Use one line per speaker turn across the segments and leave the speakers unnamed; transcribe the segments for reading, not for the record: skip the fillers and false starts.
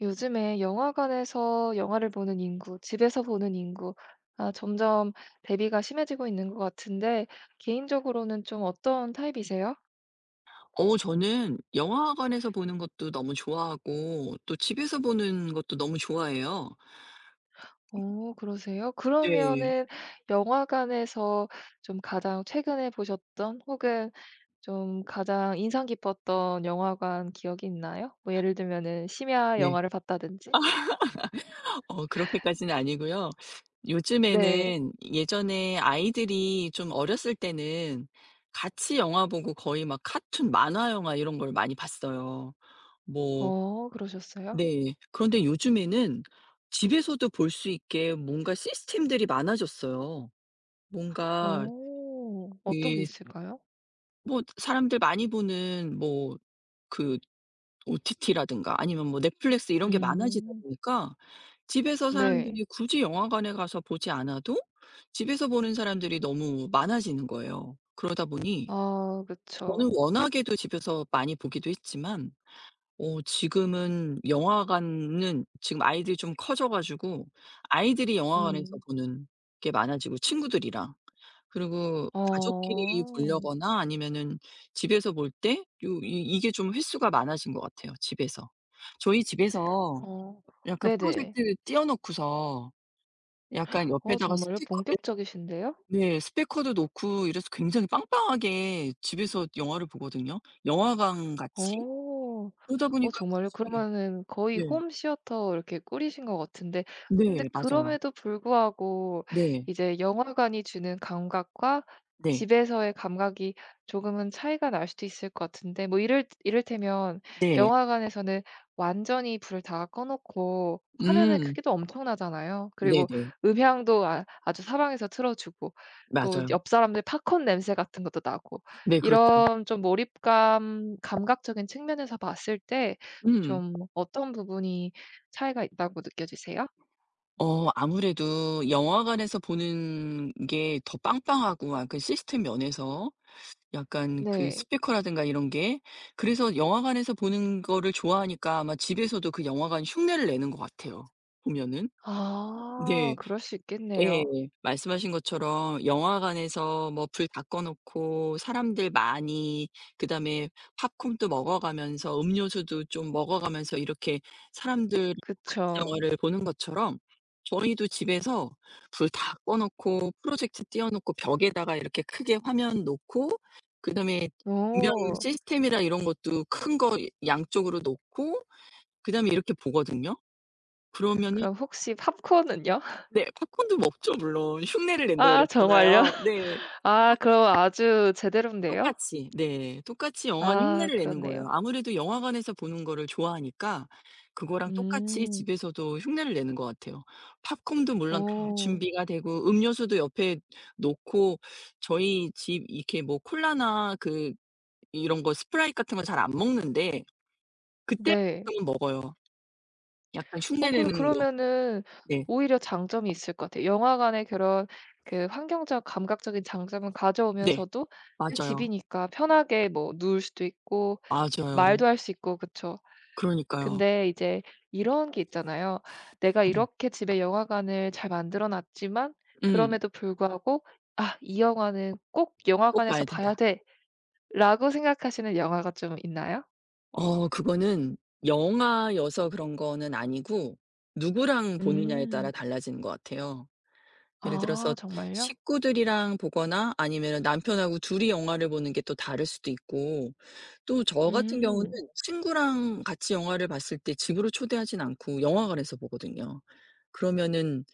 요즘에 영화관에서 영화를 보는 인구, 집에서 보는 인구, 점점 대비가 심해지고 있는 것 같은데, 개인적으로는 좀 어떤 타입이세요?
저는 영화관에서 보는 것도 너무 좋아하고 또 집에서 보는 것도 너무 좋아해요.
오, 그러세요?
네.
그러면은 영화관에서 좀 가장 최근에 보셨던 혹은 좀 가장 인상 깊었던 영화관 기억이 있나요? 뭐 예를 들면은 심야
네.
영화를 봤다든지?
그렇게까지는 아니고요.
네.
요즘에는 예전에 아이들이 좀 어렸을 때는 같이 영화 보고 거의 막 카툰 만화 영화 이런 걸 많이 봤어요. 뭐.
그러셨어요?
네. 그런데 요즘에는 집에서도 볼 수 있게 뭔가 시스템들이 많아졌어요. 뭔가
오, 어떤 게
그,
있을까요?
뭐 사람들 많이 보는, 뭐 그 OTT라든가 아니면 뭐 넷플릭스 이런 게 많아지다
음,
보니까 집에서
네.
사람들이 굳이 영화관에 가서 보지 않아도 집에서 보는 사람들이 너무 많아지는 거예요. 그러다 보니
아
저는
그쵸.
워낙에도 집에서 많이 보기도 했지만 지금은 영화관은 지금 아이들이 좀 커져 가지고 아이들이 영화관에서
음.
보는 게 많아지고 친구들이랑. 그리고
어.
가족끼리 보려거나 아니면은 집에서 볼 때 요 이 이게 좀 횟수가 많아진 것 같아요, 집에서. 저희 집에서
어.
약간
네네.
프로젝트 띄워 놓고서 약간 옆에다가
정말요?
스피커, 예.
본격적이신데요?
네, 스피커도 놓고 이래서 굉장히 빵빵하게 집에서 영화를 보거든요, 영화관 같이.
어.
그러다 보니까
정말요?
굳이.
그러면은 거의
네.
홈시어터 이렇게 꾸리신 것 같은데 근데
네 맞아요.
그럼에도 불구하고
네.
이제 영화관이 주는 감각과
네.
집에서의 감각이 조금은 차이가 날 수도 있을 것 같은데 뭐 이를테면
네.
영화관에서는 완전히 불을 다 꺼 놓고 화면의
음.
크기도 엄청나잖아요. 그리고
네네.
음향도 아주 사방에서 틀어 주고 또
맞아요.
옆 사람들 팝콘 냄새 같은 것도 나고
네 그렇죠.
이런 좀 몰입감 감각적인 측면에서 봤을 때
음.
좀 어떤 부분이 차이가 있다고 느껴지세요?
아무래도 영화관에서 보는 게 더 빵빵하고, 아 그 시스템 면에서 약간 그
네.
스피커라든가 이런 게. 그래서 영화관에서 보는 거를 좋아하니까 아마 집에서도 그 영화관 흉내를 내는 것 같아요 보면은.
아
네.
그럴 수
예.
있겠네요.
말씀하신 것처럼 영화관에서 뭐 불 다 꺼 놓고 사람들 많이, 그다음에 팝콘도 먹어가면서 음료수도 좀 먹어가면서 이렇게 사람들이랑 같이
그쵸.
영화를 보는 것처럼 저희도 집에서 불 다 꺼 놓고 프로젝터 띄워 놓고 벽에다가 이렇게 크게 화면 놓고 그다음에 음향
오.
시스템이나 이런 것도 큰 거 양쪽으로 놓고 그다음에 이렇게 보거든요. 그러면은.
그럼 혹시 팝콘은요?
네. 팝콘도 먹죠 물론. 흉내를 낸다
아 정말요?
그랬잖아요. 네.
아 그럼 아주 제대로인데요?
똑같이. 네. 똑같이 영화는
아
흉내를 내는 거예요.
그렇네요.
아무래도 영화관에서 보는 거를 좋아하니까 그거랑 똑같이
음.
집에서도 흉내를 내는 것 같아요. 팝콘도 물론 다
오.
준비가 되고 음료수도 옆에 놓고. 저희 집 이렇게 뭐 콜라나 그 이런 거 스프라이트 같은 거 잘 안 먹는데 그때
네.
가끔은 먹어요. 약간 흉내 내는 거.
그러면은
네.
오히려 장점이 있을 것 같아요. 영화관의 그런 환경적 감각적인 장점은
네.
가져오면서도 내
맞아요.
집이니까 편하게 뭐 누울 수도 있고
맞아요.
말도 할 수 있고 그쵸.
그러니까요.
근데 이제 이런 게 있잖아요. 내가
음.
이렇게 집에 영화관을 잘 만들어 놨지만
음.
그럼에도 불구하고 '아 이 영화는 꼭
꼭
영화관에서
봐야
봐야
된다.
돼.'라고 생각하시는 영화가 좀 있나요?
그거는 영화여서 그런 거는 아니고 누구랑 보느냐에 따라
음.
달라지는 것 같아요. 예를
아
들어서
정말요?
식구들이랑 보거나 아니면 남편하고 둘이 영화를 보는 게 또 다를 수도 있고, 또 저 같은 경우는
음.
친구랑 같이 영화를 봤을 때 집으로 초대하진 않고 영화관에서 보거든요. 그러면은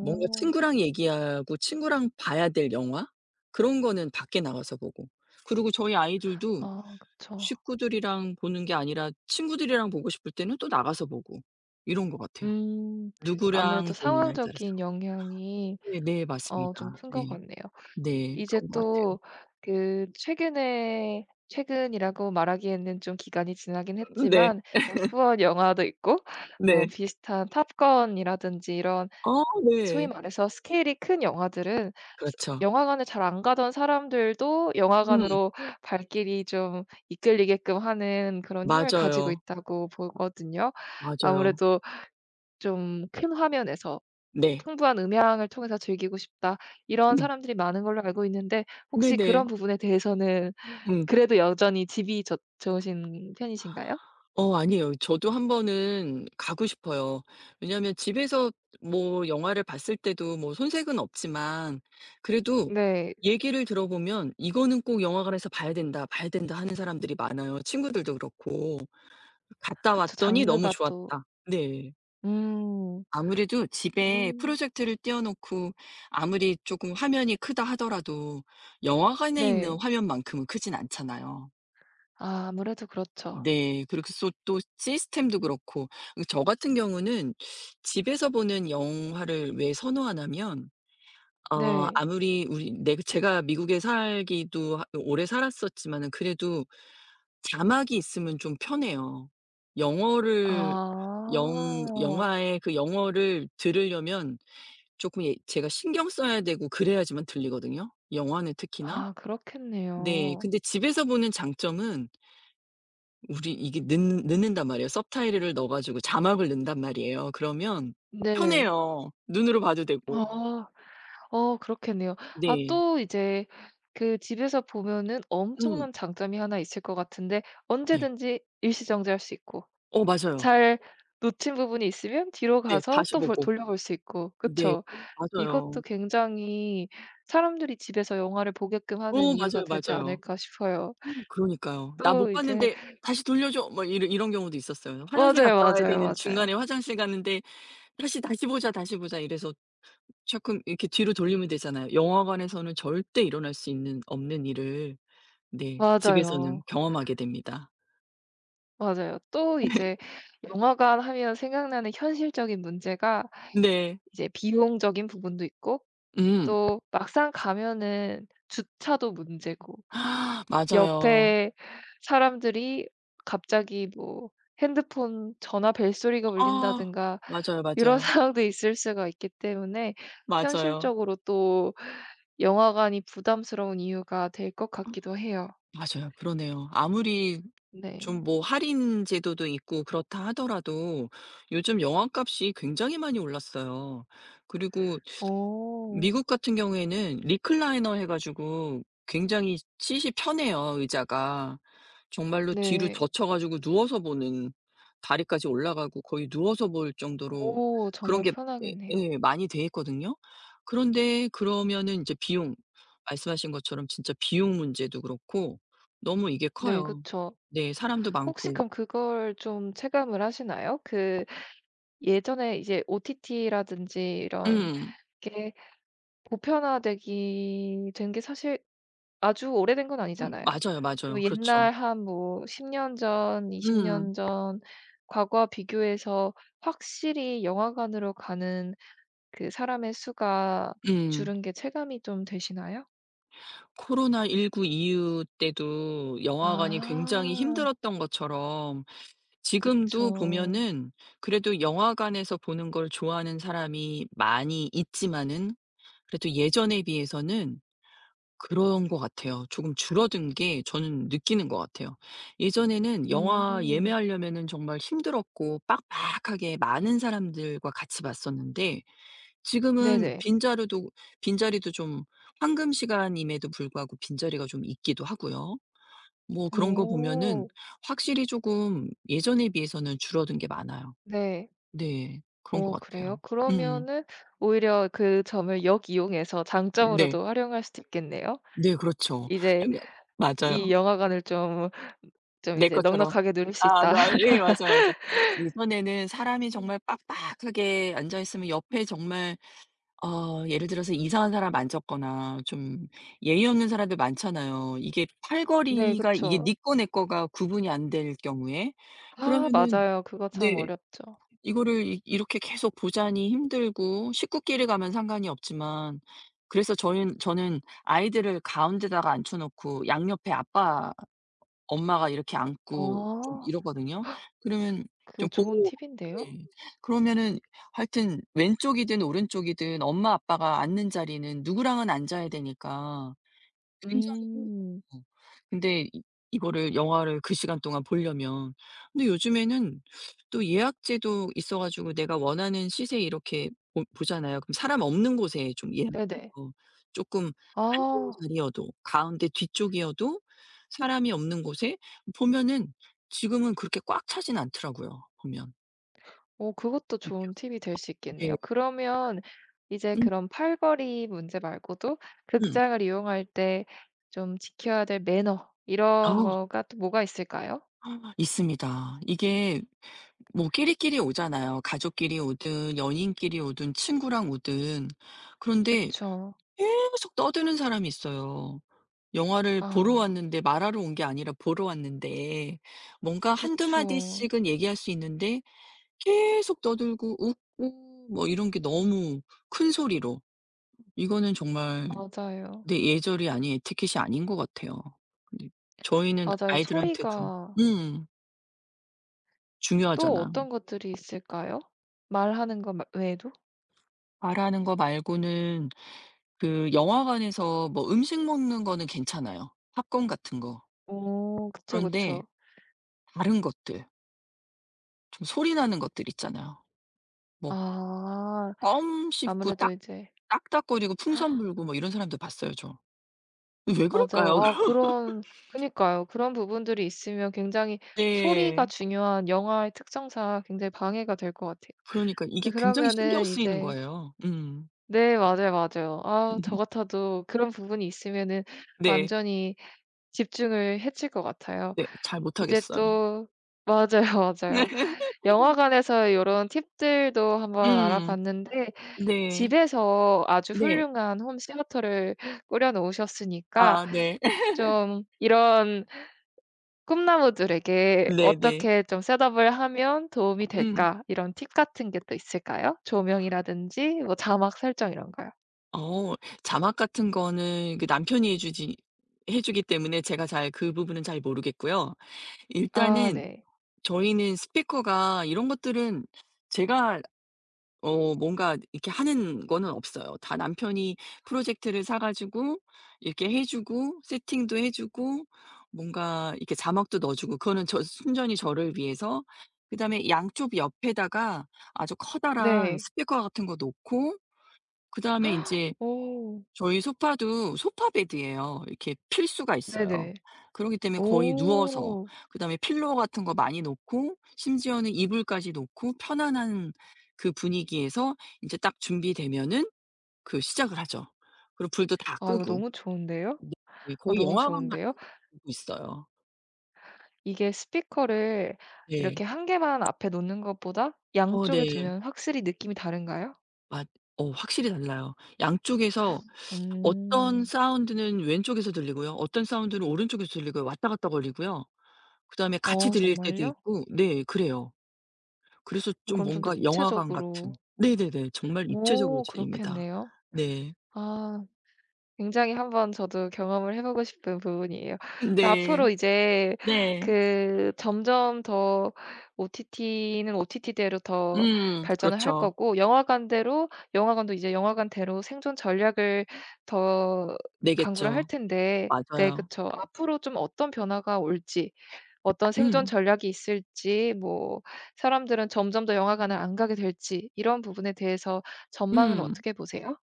뭔가 친구랑 얘기하고 친구랑 봐야 될 영화? 그런 거는 밖에 나가서 보고, 그리고 저희 아이들도
아 그쵸.
식구들이랑 보는 게 아니라 친구들이랑 보고 싶을 때는 또 나가서 보고, 이런 것 같아요.
음. 아무래도
누구랑 보느냐에 따라서.
상황적인 영향이
네 네 맞습니다.
좀 큰 것
네.
같네요.
네.
이제
그런 것 같아요.
또 그 최근에, 최근이라고 말하기에는 좀 기간이 지나긴
네.
했지만 F1 영화도 있고 뭐
네.
비슷한 탑건이라든지 이런
어
소위
네.
말해서 스케일이 큰 영화들은 스
그렇죠.
영화관에 잘 안 가던 사람들도
음
영화관으로 발길이 좀 이끌리게끔 하는 그런 힘을 가지고
맞아요.
있다고 보거든요.
맞아요.
아무래도 좀 '큰 화면에서
네.
풍부한 음향을 통해서 즐기고 싶다.' 이런
음.
사람들이 많은 걸로 알고 있는데 혹시
네네.
그런 부분에 대해서는
음.
그래도 여전히 집이 좋 좋으신 편이신가요?
아니에요. 저도 한 번은 가고 싶어요. 왜냐하면 집에서 뭐 영화를 봤을 때도 뭐 손색은 없지만 그래도
네.
얘기를 들어보면 "이거는 꼭 영화관에서 봐야 된다, 봐야 된다." 하는 사람들이 많아요. 친구들도 그렇고. "갔다
그쵸.
왔더니 너무
장르가 또.
좋았다." 네.
음.
아무래도 집에 프로
음.
젝트를 띄워 놓고 아무리 조금 화면이 크다 하더라도 영화관에 있는
네.
화면만큼은 크진 않잖아요.
아 아무래도 그렇죠.
네. 그래서 또 시스템도 그렇고 그 저 같은 경우는 집에서 보는 영화를 왜 선호하냐면
네.
아무리 우리 내 제가 미국에 살기도 하 오래 살았었지만은 그래도 자막이 있으면 좀 편해요. 영어를, 영
아.
영화의 그 영어를 들으려면 조금, 예, 제가 신경 써야 되고 그래야지만 들리거든요 영화는 특히나.
아
네.
그렇겠네요.
근데 집에서 보는 장점은 우리 이게 넣는단 말이에요. 서브타이틀을 넣어 가지고 자막을 넣는단 말이에요. 그러면
네.
편해요. 눈으로 봐도 되고.
아. 그렇겠네요. 아
네.
또 이제 그 집에서 보면은
음
엄청난 장점이 하나 있을 것 같은데
네.
언제든지 일시정지할 수 있고
맞아요.
잘 놓친 부분이 있으면 뒤로
네.
가서
다시
또 볼
보고.
돌려볼 수 있고
네.
그쵸?
맞아요.
이것도 굉장히 사람들이 집에서 영화를 보게끔 하는 이유가
맞아요,
되지
맞아요.
않을까 싶어요.
그러니까요. "나
또
못
이제.
봤는데 다시 돌려줘." 뭐 이런 경우도 있었어요. 화장실
맞아요,
갔다 와야
맞아요,
되는 중간에
맞아요.
화장실 갔는데 "다시, 다시 보자, 다시 보자." 이래서 조금 이렇게 뒤로 돌리면 되잖아요. 영화관에서는 절대 일어날 수 있는 없는 일을 네 집에서는
맞아요.
경험하게 됩니다.
맞아요. 또 이제 영화관 하면 생각나는 현실적인 문제가
네.
이제 비용적인 부분도 있고
음.
또 막상 가면은 주차도 문제고
맞아요.
옆에 사람들이 갑자기 뭐 핸드폰 전화 벨소리가
아
울린다든가
맞아요,
이런
맞아요.
상황도 있을 수가 있기 때문에
맞아요.
현실적으로 또 영화관이 부담스러운 이유가 될 것 같기도 해요.
맞아요. 그러네요. 아무리 좀
네.
뭐 할인 제도도 있고 그렇다 하더라도 요즘 영화값이 굉장히 많이 올랐어요. 그리고
어
미국 같은 경우에는 리클라이너 해 가지고 굉장히 시시 편해요, 의자가. 정말로 뒤로
네.
젖혀 가지고 누워서 보는 다리까지 올라가고 거의 누워서 볼 정도로
오
그런
정말
게 예
편하겠네요.
예 많이 돼 있거든요. 그런데 그러면은 이제 비용, 말씀하신 것처럼 진짜 비용 문제도 그렇고 너무 이게
네
커요.
그쵸.
네 사람도
혹시
많고.
그럼 그걸 좀 체감을 하시나요? 예전에 이제 OTT라든지 이런
음.
이게 보편화되기 된 게 사실 아주 오래된 건 아니잖아요.
맞아요, 맞아요.
그
그렇죠.
옛날 한 뭐 10년 전, 20
음.
년 전 과거와 비교해서 확실히 영화관으로 가는 그 사람의 수가
음.
줄은 게 체감이 좀 되시나요?
코로나19 이후 때도 영화관이 굉장히
아
힘들었던 것처럼 지금도
그쵸.
보면은 그래도 영화관에서 보는 걸 좋아하는 사람이 많이 있지만은 그래도 예전에 비해서는 그런 것 같아요. 조금 줄어든 게 저는 느끼는 것 같아요. 예전에는 영화
음.
예매하려면은 정말 힘들었고 빡빡하게 많은 사람들과 같이 봤었는데 지금은
네네.
빈자리도 좀 황금 시간임에도 불구하고 빈자리가 좀 있기도 하고요. 뭐 그런 거 보면은
오.
확실히 조금 예전에 비해서는 줄어든 게 많아요.
네.
네. 그런 것
그래요?
같아요. 음음.
그러면은 오히려 그 점을 역이용해서
네.
장점으로도 활용할 수도 있겠네요.
네 그렇죠.
이제
좀 약, 맞아요.
이 영화관을 좀
내
이제
것처럼.
넉넉하게 누릴 수
아
있다.
네
음.
맞 예 맞아요, 맞아. 예전에는 사람이 정말 빡빡하게 앉아 있으면 옆에 정말 예를 들어서 이상한 사람 만졌거나 좀 예의 없는 사람들 많잖아요. 이게
네
팔걸이가 이게
그쵸.
네 거 내 거가 구분이 안 될 경우에
아
그러면은
맞아요. 그거 참
네,
어렵죠.
이거를 이 이렇게 계속 보자니 힘들고 식구끼리 가면 상관이 없지만 그래서 저희는 저는 아이들을 가운데다가 앉혀 놓고 양옆에 아빠 엄마가 이렇게 안고 좀
아,
이러거든요. 그러면
그거
좀
좋은
보고.
팁인데요.
네. 그러면은 하여튼 왼쪽이든 오른쪽이든 엄마 아빠가 앉는 자리는 누구랑은 앉아야 되니까 굉장히 힘들어요.
음
근데 이, 이거를 영화를 그 시간 동안 보려면. 근데 요즘에는 또 예약제도 있어 가지고 내가 원하는 시세 이렇게 보 보잖아요. 그럼 사람 없는 곳에 좀 예약해서
네네.
조금 앉은
아
자리여도 가운데 뒤쪽이어도 사람이 없는 곳에 보면은 지금은 그렇게 꽉 차진 않더라고요 보면.
오 그것도
이렇게.
좋은 팁이 될 수
네.
있겠네요. 그러면 이제
음
그런 팔걸이 문제 말고도
음.
극장을 이용할 때 좀 지켜야 될 매너 이런
아.
거가 또 뭐가 있을까요?
아, 있습니다. 이게 뭐 끼리끼리 오잖아요. 가족끼리 오든 연인끼리 오든 친구랑 오든. 그런데
그쵸.
계속 떠드는 사람이 있어요. 영화를 보러
아
왔는데 말하러 온 게 아니라 보러 왔는데 뭔가 한두
그쵸.
마디씩은 얘기할 수 있는데 계속 떠들고 웃고 뭐 이런 게 너무 큰 소리로. 이거는 정말
맞아요.
내 예절이 아닌 에티켓이 아닌 것 같아요. 근데 저희는
맞아요.
아이들한테도
소리가.
음
또
중요하잖아.
어떤 것들이 있을까요? 말하는 것 마 외에도?
말하는 거 말고는 그 영화관에서 뭐 음식 먹는 거는 괜찮아요, 팝콘 같은 거.
오 그쵸,
그런데
그쵸.
다른 것들, 좀 소리 나는 것들 있잖아요. 뭐
아
껌 씹고
아무래도
딱
이제.
딱딱거리고 풍선 불고 뭐 이런 사람들 봤어요, 저. 왜
맞아요.
그럴까요?
아 그런 그니까요. 그런 부분들이 있으면 굉장히 소리가
네.
중요한 영화의 특성상 굉장히 방해가 될 것 같아요.
그러니까 이게
근데
굉장히 신경
그러면은
쓰이는
이제.
거예요. 음.
네 맞아요, 맞아요. 아 저 같아도 그런 부분이 있으면은
네.
완전히 집중을 해칠 것 같아요.
네. 잘
이제
못하겠어요.
또. 맞아요,
네.
맞아요. 영화관에서 이런 팁들도 한번
음.
알아봤는데
네.
집에서 아주
네.
훌륭한 홈시어터를 꾸려 놓으셨으니까
아 네.
좀 이런 꿈나무들에게
네네.
어떻게 좀 셋업을 하면 도움이
음.
될까? 이런 팁 같은 게 또 있을까요? 조명이라든지 뭐 자막 설정 이런 거요.
어 자막 같은 거는 그 남편이 해 주기 때문에 제가 잘 그 부분은 잘 모르겠고요.
아
일단은
네.
저희는 스피커가 이런 것들은 제가 뭔가 이렇게 하는 거는 없어요. 다 남편이 프로젝트를 사 가지고 이렇게 해 주고 세팅도 해 주고 뭔가 이렇게 자막도 넣어 주고. 그거는 저 순전히 저를 위해서. 그다음에 양쪽 옆에다가 아주 커다란
네.
스피커 같은 거 놓고 그다음에 이 제
오.
저희 소파도 소파 베드예요. 이렇게 필수가 있어요.
네네.
그러기 때문에 거의 누워서
오.
그다음에 필로우 같은 거 많이 놓고 심지어는 이불까지 놓고 편안한 그 분위기에서 인제 딱 준비되면은 그 시작을 하죠. 그리고 불도 다
아 이거
끄고.
너무 좋은데요?
네.
아
거의
너무
영화관 같이
좋은데요?
보고 있어요.
이게 스피커를
네.
이렇게 한 개만 앞에 놓는 것보다
어 네.
양쪽에 두면 확실히 느낌이 다른가요?
맞 어 확실히 달라요. 양쪽에서 어떤
음.
사운드는 왼쪽에서 들리고요. 어떤 사운드는 오른쪽에서 들리고요. 왔다 갔다 거리고요. 그다음에 같이
어
들릴 때도
정말요?
있고 네 그래요. 그래서
어
좀
그럼 좀 더
뭔가 영화관
입체적으로.
같은, 네네네. 정말 입체적으로
오
들립니다.
그렇겠네요.
네.
아. 굉장히 한번 저도 경험을 해 보고 싶은 부분이에요. 앞으로
네.
이제
네.
그 점점 더 OTT는 OTT대로 더 발전을 할
그렇죠.
거고 영화관대로 영화관도 이제 영화관대로 생존 전략을 더 강구를 할
내겠죠.
텐데 네
맞아요.
그쵸. 앞으로 좀 어떤 변화가 올지 어떤 생존
음.
전략이 있을지 뭐 사람들은 점점 더 영화관을 안 가게 될지 이런 부분에 대해서 전망을
음.
어떻게 보세요?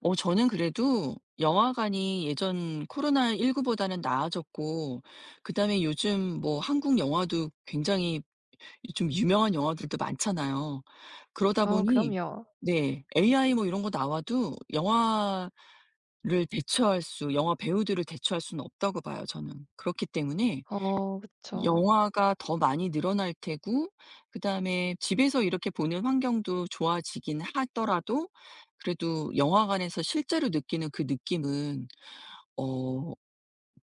저는 그래도 영화관이 예전 코로나19 보다는 나아졌고 그다음에 요즘 뭐 한국 영화도 굉장히 좀 유명한 영화들도 많잖아요. 그러다
어
보니
그럼요.
네, AI 뭐 이런 거 나와도 영화를 대처할 수 영화 배우들을 대처할 수는 없다고 봐요 저는. 그렇기 때문에
어 그쵸.
영화가 더 많이 늘어날 테고 그다음에 집에서 이렇게 보는 환경도 좋아지긴 하더라도 그래도 영화관에서 실제로 느끼는 그 느낌은 어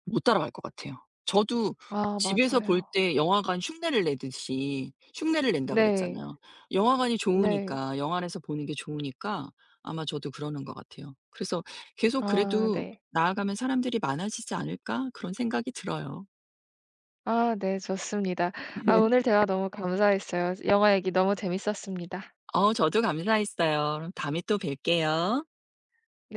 못 따라갈 것 같아요. 저도
아
집에서 볼
맞아요.
때 영화관 흉내를 내듯이 흉내를 낸다
네.
그랬잖아요. 영화관이
네.
좋으니까 영화관에서 보는 게 좋으니까 아마 저도 그러는 것 같아요. 그래서 계속
아
그래도
네.
'나아가면 사람들이 많아지지 않을까?' 그런 생각이 들어요.
아 네. 좋습니다. 아 오늘 대화 너무 감사했어요. 영화 얘기 너무 재밌었습니다.
저도 감사했어요. 그럼 다음에 또 뵐게요.
네.